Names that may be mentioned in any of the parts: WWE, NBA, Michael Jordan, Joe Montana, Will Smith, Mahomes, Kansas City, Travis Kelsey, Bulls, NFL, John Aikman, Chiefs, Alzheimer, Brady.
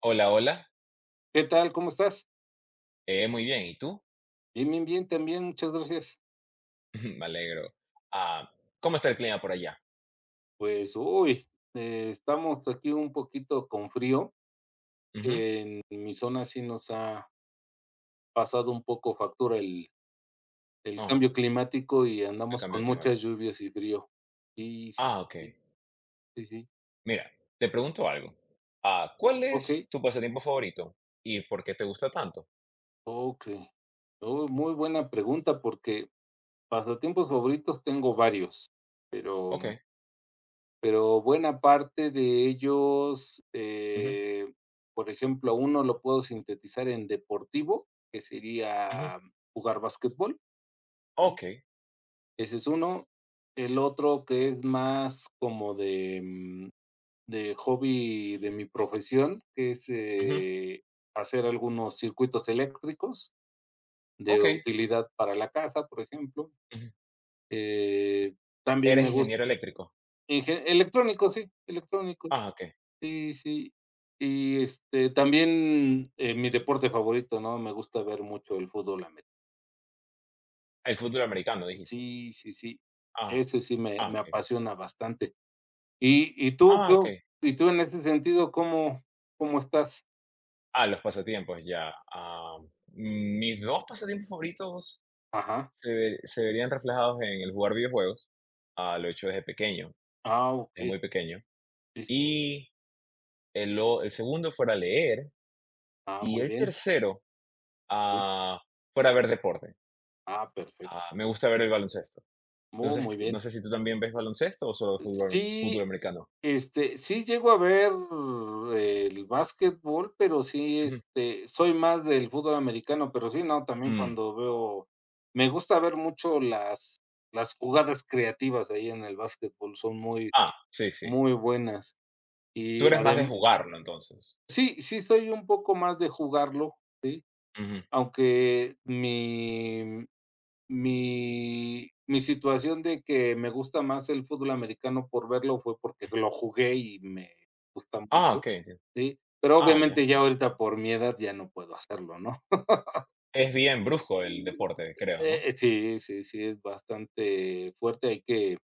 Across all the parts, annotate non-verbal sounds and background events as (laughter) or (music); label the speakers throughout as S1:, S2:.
S1: Hola, hola.
S2: ¿Qué tal? ¿Cómo estás?
S1: Muy bien, ¿y tú?
S2: Bien, bien, bien, también, muchas gracias.
S1: (laughs) Me alegro. Ah, ¿cómo está el clima por allá?
S2: Pues, uy, estamos aquí un poquito con frío.
S1: Ujú.
S2: En mi zona sí nos ha pasado un poco factura el
S1: Oh,
S2: cambio climático y
S1: el
S2: andamos con
S1: cambio
S2: muchas
S1: climático.
S2: lluvias y frío. Y
S1: Ah, ok.
S2: sí, sí, sí.
S1: Mira, te pregunto algo. Ah, ¿cuál es
S2: Okey,
S1: tu pasatiempo favorito y por qué te gusta tanto?
S2: okey. Oh, muy buena pregunta, porque pasatiempos favoritos tengo varios, pero
S1: Ok.
S2: Pero buena parte de ellos,
S1: Ujú,
S2: por ejemplo, a uno lo puedo sintetizar en deportivo, que
S1: ujú.
S2: sería jugar básquetbol. Ujú.
S1: Ok.
S2: Ese es uno. El otro que es más como de, de hobby de mi profesión, que es,
S1: Ujú.
S2: hacer algunos circuitos eléctricos de
S1: Ok.
S2: utilidad para la casa, por ejemplo.
S1: Ujú.
S2: Eh, También
S1: ¿Eres
S2: me gusta
S1: ingeniero eléctrico?
S2: en ge electrónicos, sí, electrónico.
S1: Ah, ok.
S2: Sí, sí. Y, este, también, mi deporte favorito, ¿no? Me gusta ver mucho el fútbol americano.
S1: El fútbol americano, dijiste.
S2: Sí, sí, sí.
S1: Ah,
S2: Ese sí me
S1: ah,
S2: me
S1: ok.
S2: apasiona bastante. Y tú,
S1: Ah, ok.
S2: ¿cómo? Y tú en este sentido, ¿cómo estás?
S1: Ah, los pasatiempos, ya. Ah, mis dos pasatiempos favoritos
S2: Ajá.
S1: se verían reflejados en el jugar videojuegos, ah, lo he hecho desde pequeño,
S2: Ah,
S1: desde
S2: okey.
S1: muy pequeño.
S2: Sí, sí.
S1: Y el segundo fuera leer,
S2: Ah,
S1: y
S2: muy
S1: el
S2: bien.
S1: tercero,
S2: Sí.
S1: ah, fuera ver deporte.
S2: Ah, perfecto.
S1: Ah, me gusta ver el baloncesto.
S2: Muy,
S1: Entonces,
S2: muy
S1: no
S2: bien.
S1: sé si tú también ves baloncesto o solo fútbol, fútbol
S2: Sí.
S1: americano.
S2: Este, sí llego a ver el básquetbol, pero sí,
S1: Ujú.
S2: este, soy más del fútbol americano, pero sí, no, también
S1: Mm.
S2: cuando veo me gusta ver mucho las jugadas creativas ahí en el básquetbol son muy,
S1: Ah, sí, sí.
S2: muy buenas.
S1: Tú
S2: Y
S1: eres más de
S2: además
S1: jugarlo entonces.
S2: sí, sí soy un poco más de jugarlo, sí,
S1: Ujú.
S2: aunque mi situación de que me gusta más el fútbol americano por verlo fue porque lo jugué y me gusta
S1: Ah,
S2: mucho,
S1: ok, entiendo.
S2: ¿sí? Pero
S1: Ah, ya.
S2: obviamente ya ahorita por mi edad ya no puedo hacerlo, ¿no?
S1: Es bien brusco el deporte, creo, ¿no?
S2: Sí, sí, sí, es bastante fuerte, hay que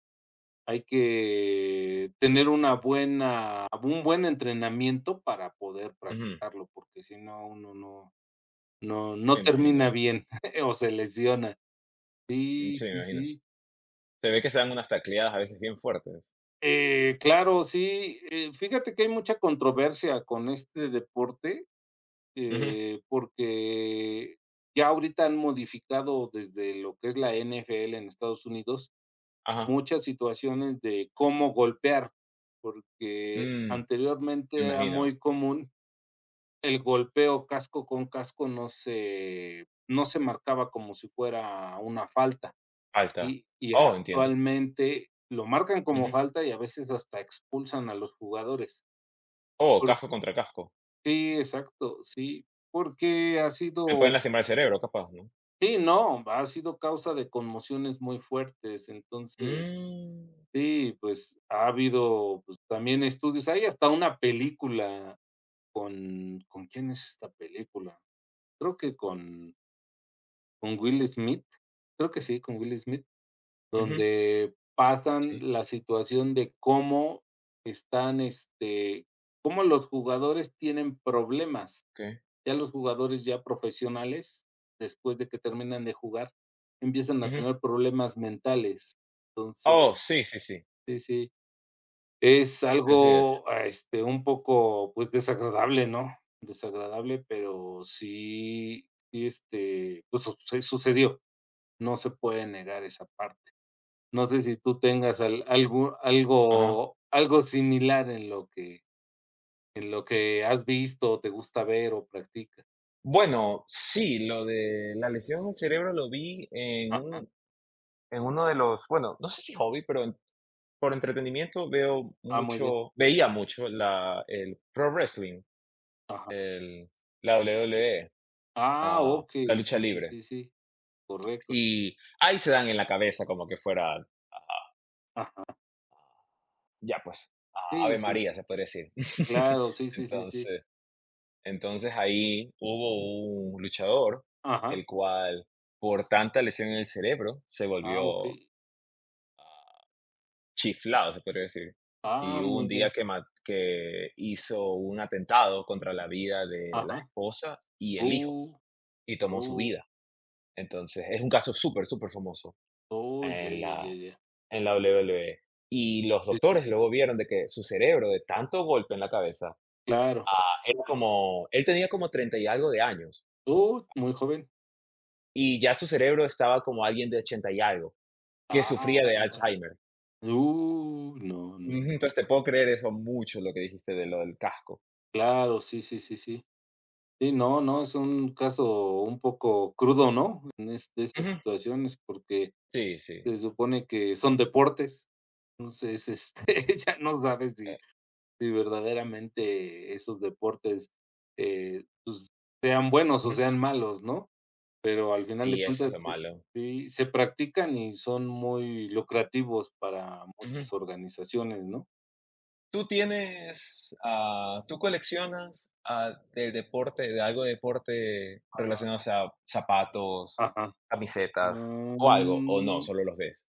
S2: tener una buena un buen entrenamiento para poder
S1: Ujú.
S2: practicarlo, porque si no, uno no
S1: Me
S2: termina
S1: imagino.
S2: bien (laughs) o se lesiona.
S1: Mm,
S2: Sí,
S1: sí, me
S2: sí,
S1: imagino.
S2: sí.
S1: Se ve que se dan unas tacleadas a veces bien fuertes.
S2: Claro, sí, fíjate que hay mucha controversia con este deporte,
S1: Ujú,
S2: porque ya ahorita han modificado desde lo que es la NFL en Estados Unidos
S1: ajá.
S2: muchas situaciones de cómo golpear, porque
S1: Mm,
S2: anteriormente
S1: me
S2: era
S1: imagino.
S2: muy común el golpeo casco con casco, no se marcaba como si fuera una falta.
S1: Alta.
S2: Y
S1: Oh, entiendo.
S2: actualmente lo marcan como
S1: Ujú.
S2: falta y a veces hasta expulsan a los jugadores.
S1: Oh,
S2: Por
S1: casco contra casco.
S2: Sí, exacto, sí, porque ha
S1: Te pueden
S2: sido
S1: lastimar el cerebro, capaz, ¿no?
S2: sí, no, ha sido causa de conmociones muy fuertes. Entonces,
S1: Mm,
S2: sí, pues, ha habido, pues, también estudios. Hay hasta una película ¿con quién es esta película? Creo que con Will Smith. Creo que sí, con Will Smith.
S1: ujú,
S2: Donde pasan
S1: sí,
S2: la situación de cómo están, este, cómo los jugadores tienen problemas.
S1: okey.
S2: Ya los jugadores ya profesionales, después de que terminan de jugar, empiezan a
S1: Ujú.
S2: tener problemas mentales.
S1: Oh,
S2: Entonces,
S1: sí, sí, sí.
S2: sí, sí, es
S1: Así es.
S2: algo, este, un poco, pues, desagradable, ¿no? Desagradable, pero sí, sí, este, pues, su sucedió. No se puede negar esa parte. No sé si tú tengas al algo
S1: Ajá.
S2: algo algo similar en lo que has visto, o te gusta ver o practicas.
S1: Bueno, sí, lo de la lesión del cerebro lo vi en
S2: Ajá.
S1: un en uno de los, bueno, no sé si hobby, pero en por entretenimiento veo
S2: Ah, muy bien.
S1: mucho veía mucho la el pro wrestling,
S2: Ajá.
S1: el la WWE.
S2: Ah,
S1: Ah,
S2: ok.
S1: la
S2: Sí,
S1: lucha
S2: sí,
S1: libre.
S2: sí, sí. Correcto, sí.
S1: Y ahí se dan en la cabeza como que fuera, ah,
S2: Ajá.
S1: ya pues, a-
S2: Sí,
S1: Ave
S2: sí,
S1: María,
S2: sí.
S1: se podría decir. (laughs)
S2: Claro, sí, sí, sí, sí.
S1: Entonces, entonces ahí hubo un luchador, el
S2: Ajá.
S1: cual por tanta lesión en el cerebro se
S2: Ah, ok.
S1: volvió, ah, chiflado, se podría decir.
S2: Ah,
S1: Y hubo
S2: muy
S1: un día
S2: bien.
S1: que, que hizo un atentado contra la vida de la
S2: Ajá.
S1: esposa y el hijo,
S2: Oh,
S1: y tomó su
S2: oh,
S1: vida. Entonces, es un caso súper, súper famoso
S2: oh, ya, ya, ya, ya.
S1: en la WWE. Y los
S2: Sí, sí,
S1: doctores
S2: sí.
S1: luego vieron de que su cerebro, de tanto golpe en la cabeza,
S2: Claro.
S1: ah, era como, él tenía como 30 y algo de años,
S2: Oh, muy joven.
S1: y ya su cerebro estaba como alguien de 80 y algo, que sufría
S2: Ah.
S1: de Alzheimer.
S2: No, no.
S1: Ujú, entonces te puedo creer eso mucho, lo que dijiste de lo del casco.
S2: Claro, sí, sí, sí, sí. Sí, no, no, es un caso un poco crudo, ¿no? En es de esas
S1: Ujú,
S2: situaciones, porque
S1: sí, sí,
S2: se supone que son deportes. Entonces, este, (laughs) ya no sabes
S1: eh,
S2: si verdaderamente esos deportes, pues, sean buenos o
S1: ujú.
S2: sean malos, ¿no? Pero al final de
S1: Sí, eso es lo
S2: cuentas, sí,
S1: malo.
S2: sí se practican y son muy lucrativos para
S1: Ujú.
S2: muchas organizaciones, ¿no?
S1: ¿Tú tienes, ah, tú coleccionas, ah, de deporte, de algo de deporte relacionado a zapatos,
S2: Ajá.
S1: camisetas o algo? ¿O no,
S2: Mm.
S1: solo los ves?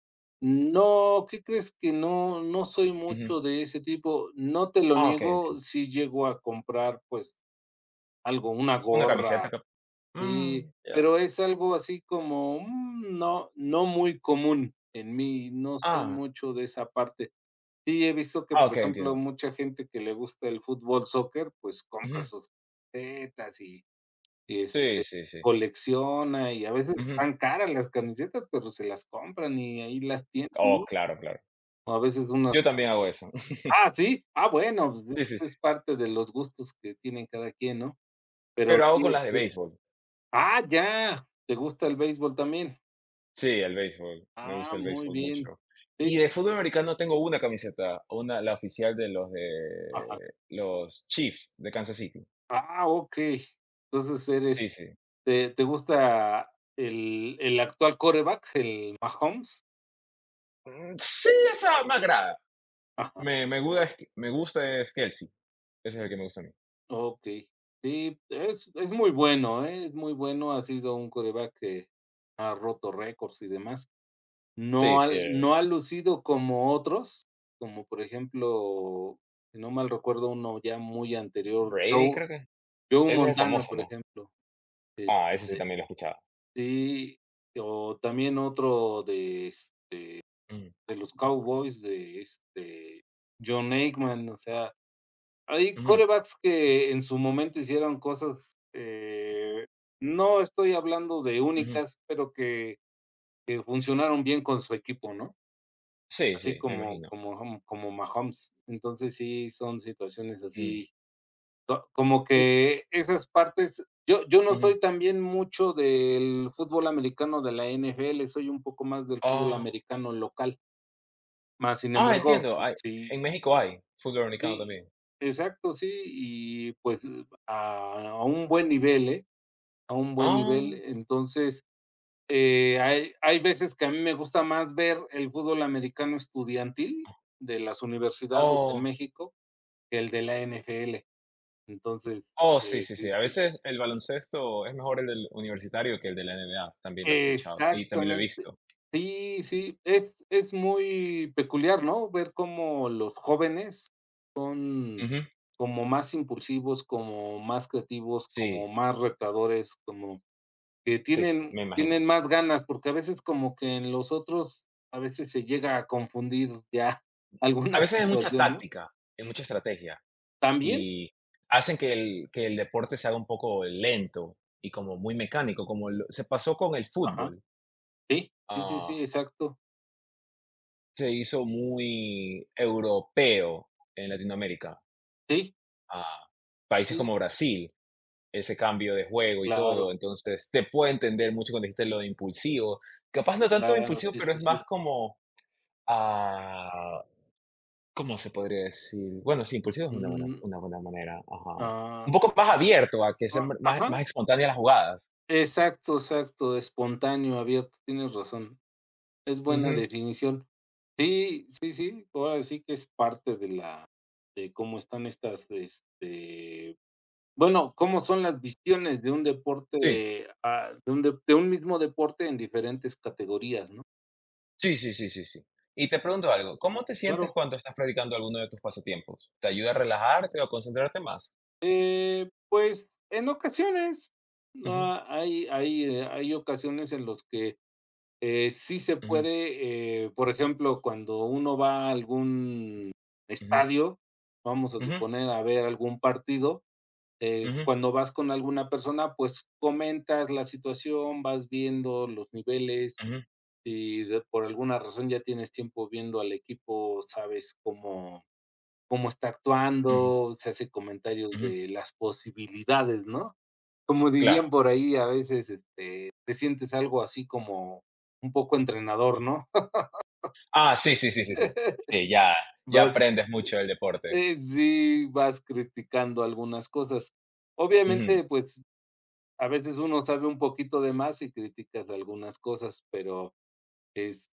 S2: No, ¿qué crees que no? No soy
S1: Ujú.
S2: mucho de ese tipo. No te lo
S1: Ah, okey,
S2: niego,
S1: entiendo.
S2: si llego a comprar, pues, algo, una
S1: Una
S2: gorra,
S1: camiseta cap, mm,
S2: sí,
S1: ya, ya.
S2: pero es algo así como, no, no muy común en mí, no soy
S1: Ah,
S2: mucho de esa parte. Sí, he visto que,
S1: ah,
S2: por
S1: okey,
S2: ejemplo,
S1: entiendo.
S2: mucha gente que le gusta el fútbol, soccer, pues compra
S1: Ujú.
S2: sus camisetas y este,
S1: Sí, sí, sí.
S2: colecciona y a veces
S1: Ujú.
S2: están caras las camisetas, pero se las compran y ahí las tienen,
S1: Oh,
S2: ¿no?
S1: claro, claro.
S2: O a veces unas.
S1: Yo también hago eso. (laughs)
S2: Ah, sí. Ah, bueno, pues, es
S1: Sí, sí, sí.
S2: es parte de los gustos que tienen cada quien, ¿no? Pero
S1: Pero hago
S2: sí,
S1: con las de
S2: este.
S1: béisbol.
S2: ¡Ah, ya! ¿Te gusta el béisbol también?
S1: Sí, el béisbol. Me
S2: Ah,
S1: gusta el
S2: muy
S1: béisbol
S2: bien.
S1: mucho.
S2: Sí,
S1: Y de fútbol americano tengo una camiseta, una, la oficial de los
S2: ajá.
S1: de los Chiefs de Kansas City.
S2: Ah, okey. Entonces eres.
S1: Sí, sí.
S2: ¿Te gusta el actual quarterback, el Mahomes?
S1: Mm, sí, esa me agrada.
S2: Ajá,
S1: Me gusta, me gusta es Kelsey. Ese es el que me gusta a mí.
S2: okey. Sí, es muy bueno, ¿eh? Es muy bueno, ha sido un quarterback que ha roto récords y demás.
S1: Sí,
S2: No
S1: sí.
S2: al no ha lucido como otros, como por ejemplo, si no mal recuerdo uno ya muy anterior,
S1: Brady,
S2: Joe
S1: creo que. Ese es el
S2: Montana,
S1: famoso,
S2: por
S1: ¿no?
S2: ejemplo,
S1: Ah, eso sí
S2: este,
S1: también lo escuchaba.
S2: sí, o también otro de, es
S1: Mm,
S2: de los Cowboys, de, este, John Aikman, o sea, hay
S1: ujú,
S2: quarterbacks que en su momento hicieron cosas, no estoy hablando de
S1: ujú.
S2: únicas, pero que funcionaron bien con su equipo, ¿no?
S1: Sí,
S2: Así
S1: sí, me imagino.
S2: como Mahomes. Entonces, sí son situaciones
S1: Mm.
S2: así, co como
S1: Y,
S2: que esas partes yo no
S1: ujú.
S2: soy también mucho del fútbol americano de la NFL, soy un poco más del fútbol
S1: Ah,
S2: americano local. Más sin
S1: ah,
S2: embargo,
S1: entiendo.
S2: pues sí,
S1: En México hay fútbol americano
S2: sí,
S1: también.
S2: exacto, sí, y pues, a un buen nivel, ¿eh? A un buen nivel.
S1: Ah,
S2: Entonces hay veces que a mí me gusta más ver el fútbol americano estudiantil de las universidades en
S1: oh.
S2: México que el de la NFL. Entonces,
S1: Oh, sí, sí,
S2: sí,
S1: sí. A
S2: sí.
S1: veces el baloncesto es mejor el del universitario que el de la NBA, también lo he escuchado, y también lo he
S2: Exactamente.
S1: visto.
S2: Sí, sí, es muy peculiar, ¿no? Ver cómo los jóvenes son
S1: Ujú.
S2: como más impulsivos, como más creativos, como
S1: Sí,
S2: más retadores, como Que
S1: sí, sí,
S2: tienen
S1: me imagino.
S2: más ganas, porque a veces como que en los otros, a veces se llega a confundir ya (laughs)
S1: A
S2: alguna
S1: veces es mucha
S2: situación, ¿no?
S1: táctica, es mucha estrategia,
S2: También
S1: y hacen que el deporte se haga un poco lento y como muy mecánico, como lo se pasó con el
S2: ajá,
S1: fútbol,
S2: sí, sí, sí, sí,
S1: ah,
S2: exacto.
S1: se hizo muy europeo en Latinoamérica,
S2: Sí,
S1: ah, países
S2: sí,
S1: como Brasil, ese cambio de juego y todo.
S2: claro,
S1: Entonces, te puedo entender mucho cuando dijiste lo de impulsivo. Capaz no tanto de
S2: claro,
S1: impulsivo,
S2: sí,
S1: pero
S2: sí,
S1: es
S2: sí.
S1: más como, ah, ¿cómo se podría decir? Bueno, sí, impulsivo es
S2: Mm,
S1: una buena manera. Ajá.
S2: ah,
S1: Un poco más abierto a que sean
S2: ah,
S1: más,
S2: ajá,
S1: más espontáneas las jugadas.
S2: exacto, exacto, espontáneo, abierto, tienes razón. Es buena
S1: Ujú.
S2: definición. Sí, sí, sí, ahora sí que es parte de cómo están estas, este. Bueno, ¿cómo son las visiones de un
S1: Sí,
S2: deporte, de un mismo deporte en diferentes categorías, no?
S1: sí, sí, sí, sí, sí. Y te pregunto algo, ¿cómo te sientes
S2: Claro.
S1: cuando estás practicando alguno de tus pasatiempos? ¿Te ayuda a relajarte o a concentrarte más?
S2: Pues, en ocasiones,
S1: Ujú,
S2: hay ocasiones en los que, sí se
S1: ujú,
S2: puede, por ejemplo, cuando uno va a algún
S1: ujú,
S2: estadio, vamos a
S1: ujú,
S2: suponer, a ver algún partido,
S1: ujú,
S2: cuando vas con alguna persona, pues, comentas la situación, vas viendo los niveles.
S1: ujú,
S2: Si de por alguna razón ya tienes tiempo viendo al equipo, sabes cómo está
S1: ujú,
S2: actuando, se hace comentarios
S1: ujú.
S2: de las posibilidades, ¿no? Como
S1: Claro.
S2: dirían por ahí, a veces, este, te sientes algo así como un poco entrenador, ¿no?
S1: Ah, sí, sí, sí, sí, sí.
S2: (laughs)
S1: Sí, ya ya
S2: Vas
S1: aprendes mucho del deporte.
S2: Sí, vas criticando algunas cosas.
S1: Ujú.
S2: Obviamente, pues, a veces uno sabe un poquito de más y criticas algunas cosas, pero,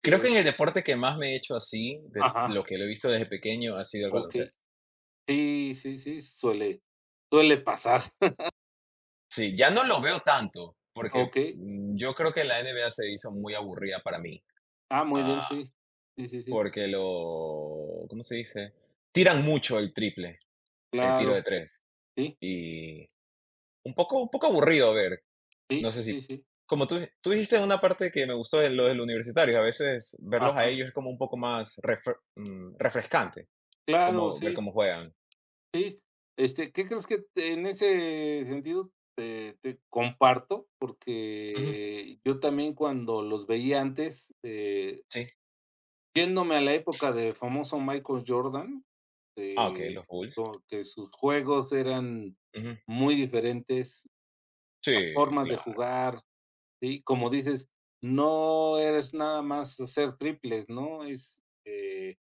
S1: Creo que en el deporte que más me he hecho así, de
S2: ajá,
S1: lo que lo he visto desde pequeño, ha sido el
S2: okey.
S1: baloncesto.
S2: Sí, sí, sí, suele pasar. (laughs)
S1: Sí, ya no lo veo tanto, porque,
S2: Okey.
S1: mm, yo creo que la NBA se hizo muy aburrida para mí,
S2: Ah, muy
S1: ah,
S2: bien, sí. Sí, sí, sí.
S1: porque lo ¿cómo se dice? Tiran mucho el triple, el tiro de
S2: Claro.
S1: tres,
S2: Sí,
S1: y un poco aburrido ver. No
S2: sí,
S1: sé si
S2: sí, sí.
S1: como tú dijiste una parte que me gustó de lo de los universitarios, a veces verlos a
S2: Ajá.
S1: ellos es como un poco más refre mm, refrescante,
S2: Claro,
S1: como ver
S2: sí,
S1: cómo juegan.
S2: sí. Este, ¿qué crees que en ese sentido te comparto?
S1: Ujú,
S2: Porque yo también cuando los veía antes,
S1: sí.
S2: yéndome a la época del famoso Michael Jordan,
S1: Ah, okey,
S2: eh,
S1: los Bulls.
S2: como que sus juegos eran
S1: Ujú.
S2: muy diferentes, las
S1: Sí,
S2: formas de
S1: claro.
S2: jugar. Sí, como dices, no eres nada más hacer triples, ¿no? Es,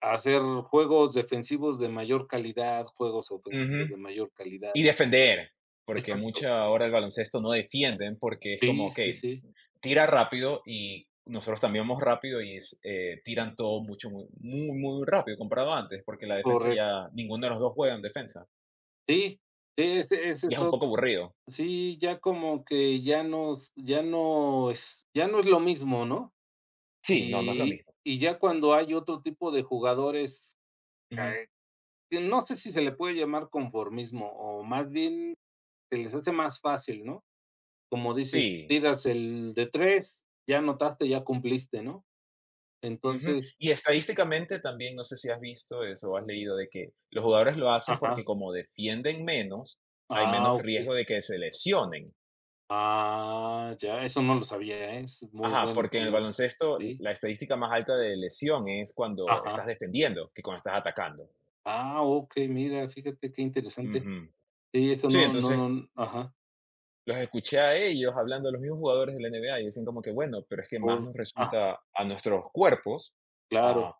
S2: hacer juegos defensivos de mayor calidad, juegos
S1: Ujú.
S2: ofensivos de mayor calidad.
S1: Y defender, porque
S2: Exacto.
S1: mucha ahora el baloncesto no defienden, porque es como,
S2: Sí, sí,
S1: okey,
S2: sí,
S1: tira rápido y nosotros también vamos rápido y es, tiran todo mucho muy muy, muy rápido comparado a antes, porque la defensa
S2: correcto.
S1: ya ninguno de los 2 juegan defensa,
S2: Sí, sí, ese
S1: y es
S2: es
S1: un
S2: otro.
S1: poco aburrido.
S2: Sí, ya como que ya no es lo mismo, ¿no?
S1: Sí, no, no es lo
S2: Y
S1: mismo.
S2: y ya cuando hay otro tipo de jugadores, eh, que no sé si se le puede llamar conformismo, o más bien se les hace más fácil, ¿no? Como dices,
S1: Sí,
S2: tiras el de tres, ya anotaste, ya cumpliste, ¿no?
S1: ujú.
S2: Entonces
S1: Y estadísticamente también, no sé si has visto eso o has leído de que los jugadores lo hacen
S2: ajá.
S1: porque como defienden menos, hay
S2: Ah,
S1: menos
S2: okey.
S1: riesgo de que se lesionen.
S2: Ah, ya, eso no lo sabía, ¿eh? Es muy
S1: Ajá,
S2: buen
S1: porque en el
S2: comentario,
S1: baloncesto
S2: sí.
S1: la estadística más alta de lesión es cuando
S2: Ajá.
S1: estás defendiendo que cuando estás atacando.
S2: Ah, okey, mira, fíjate qué interesante.
S1: Ujú.
S2: Sí, eso
S1: Sí,
S2: no no
S1: entonces
S2: no ajá,
S1: los escuché a ellos hablando a los mismos jugadores de la NBA y dicen como que bueno, pero es que más
S2: por
S1: nos
S2: ah,
S1: resulta a nuestros cuerpos a
S2: claro.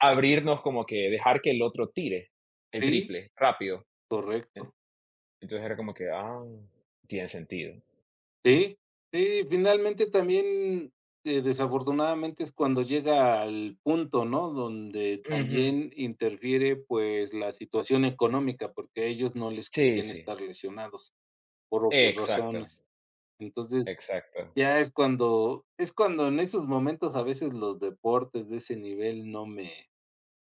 S1: abrirnos como que dejar que el otro tire el
S2: Sí,
S1: triple rápido.
S2: correcto.
S1: Entonces era como que, ah, tiene sentido.
S2: Sí, sí, finalmente también, desafortunadamente es cuando llega al punto, ¿no? Donde
S1: Ujú.
S2: también interfiere, pues, la situación económica, porque a ellos no les
S1: Sí,
S2: conviene
S1: sí.
S2: estar lesionados, por obvias
S1: Exacto,
S2: razones. Entonces,
S1: exacto.
S2: ya es cuando en esos momentos a veces los deportes de ese nivel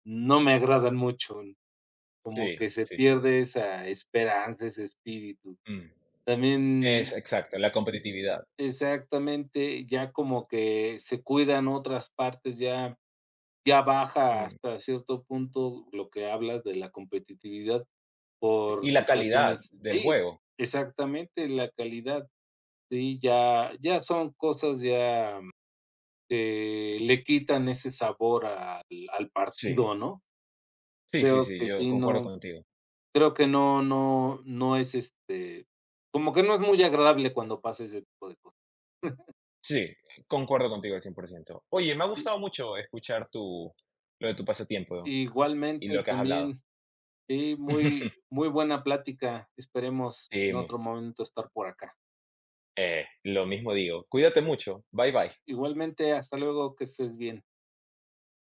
S2: no me agradan mucho, como
S1: Sí,
S2: que se
S1: sí, sí.
S2: pierde esa esperanza, ese espíritu.
S1: Mm. Es
S2: También
S1: exacto, la competitividad.
S2: exactamente, ya como que se cuidan otras partes, ya baja
S1: Mm.
S2: hasta cierto punto lo que hablas de la competitividad por
S1: Y la calidad
S2: situaciones.
S1: del
S2: Sí,
S1: juego.
S2: exactamente, la calidad, sí, ya son cosas ya que le quitan ese sabor al
S1: Sí.
S2: partido, ¿no?
S1: Sí, sí,
S2: Creo
S1: sí,
S2: que
S1: yo
S2: sí,
S1: concuerdo
S2: no,
S1: contigo.
S2: creo que no es, este, como que no es muy agradable cuando pasa ese tipo de cosas.
S1: Sí, concuerdo contigo al 100%. Oye, me ha
S2: Sí,
S1: gustado mucho escuchar tu, lo de tu pasatiempo y
S2: igualmente
S1: lo que has hablado.
S2: también. Sí, muy,
S1: (laughs)
S2: muy buena plática. Esperemos
S1: Sí,
S2: en otro momento estar por acá.
S1: lo mismo digo. Cuídate mucho. Bye bye.
S2: Igualmente, hasta luego, que estés bien.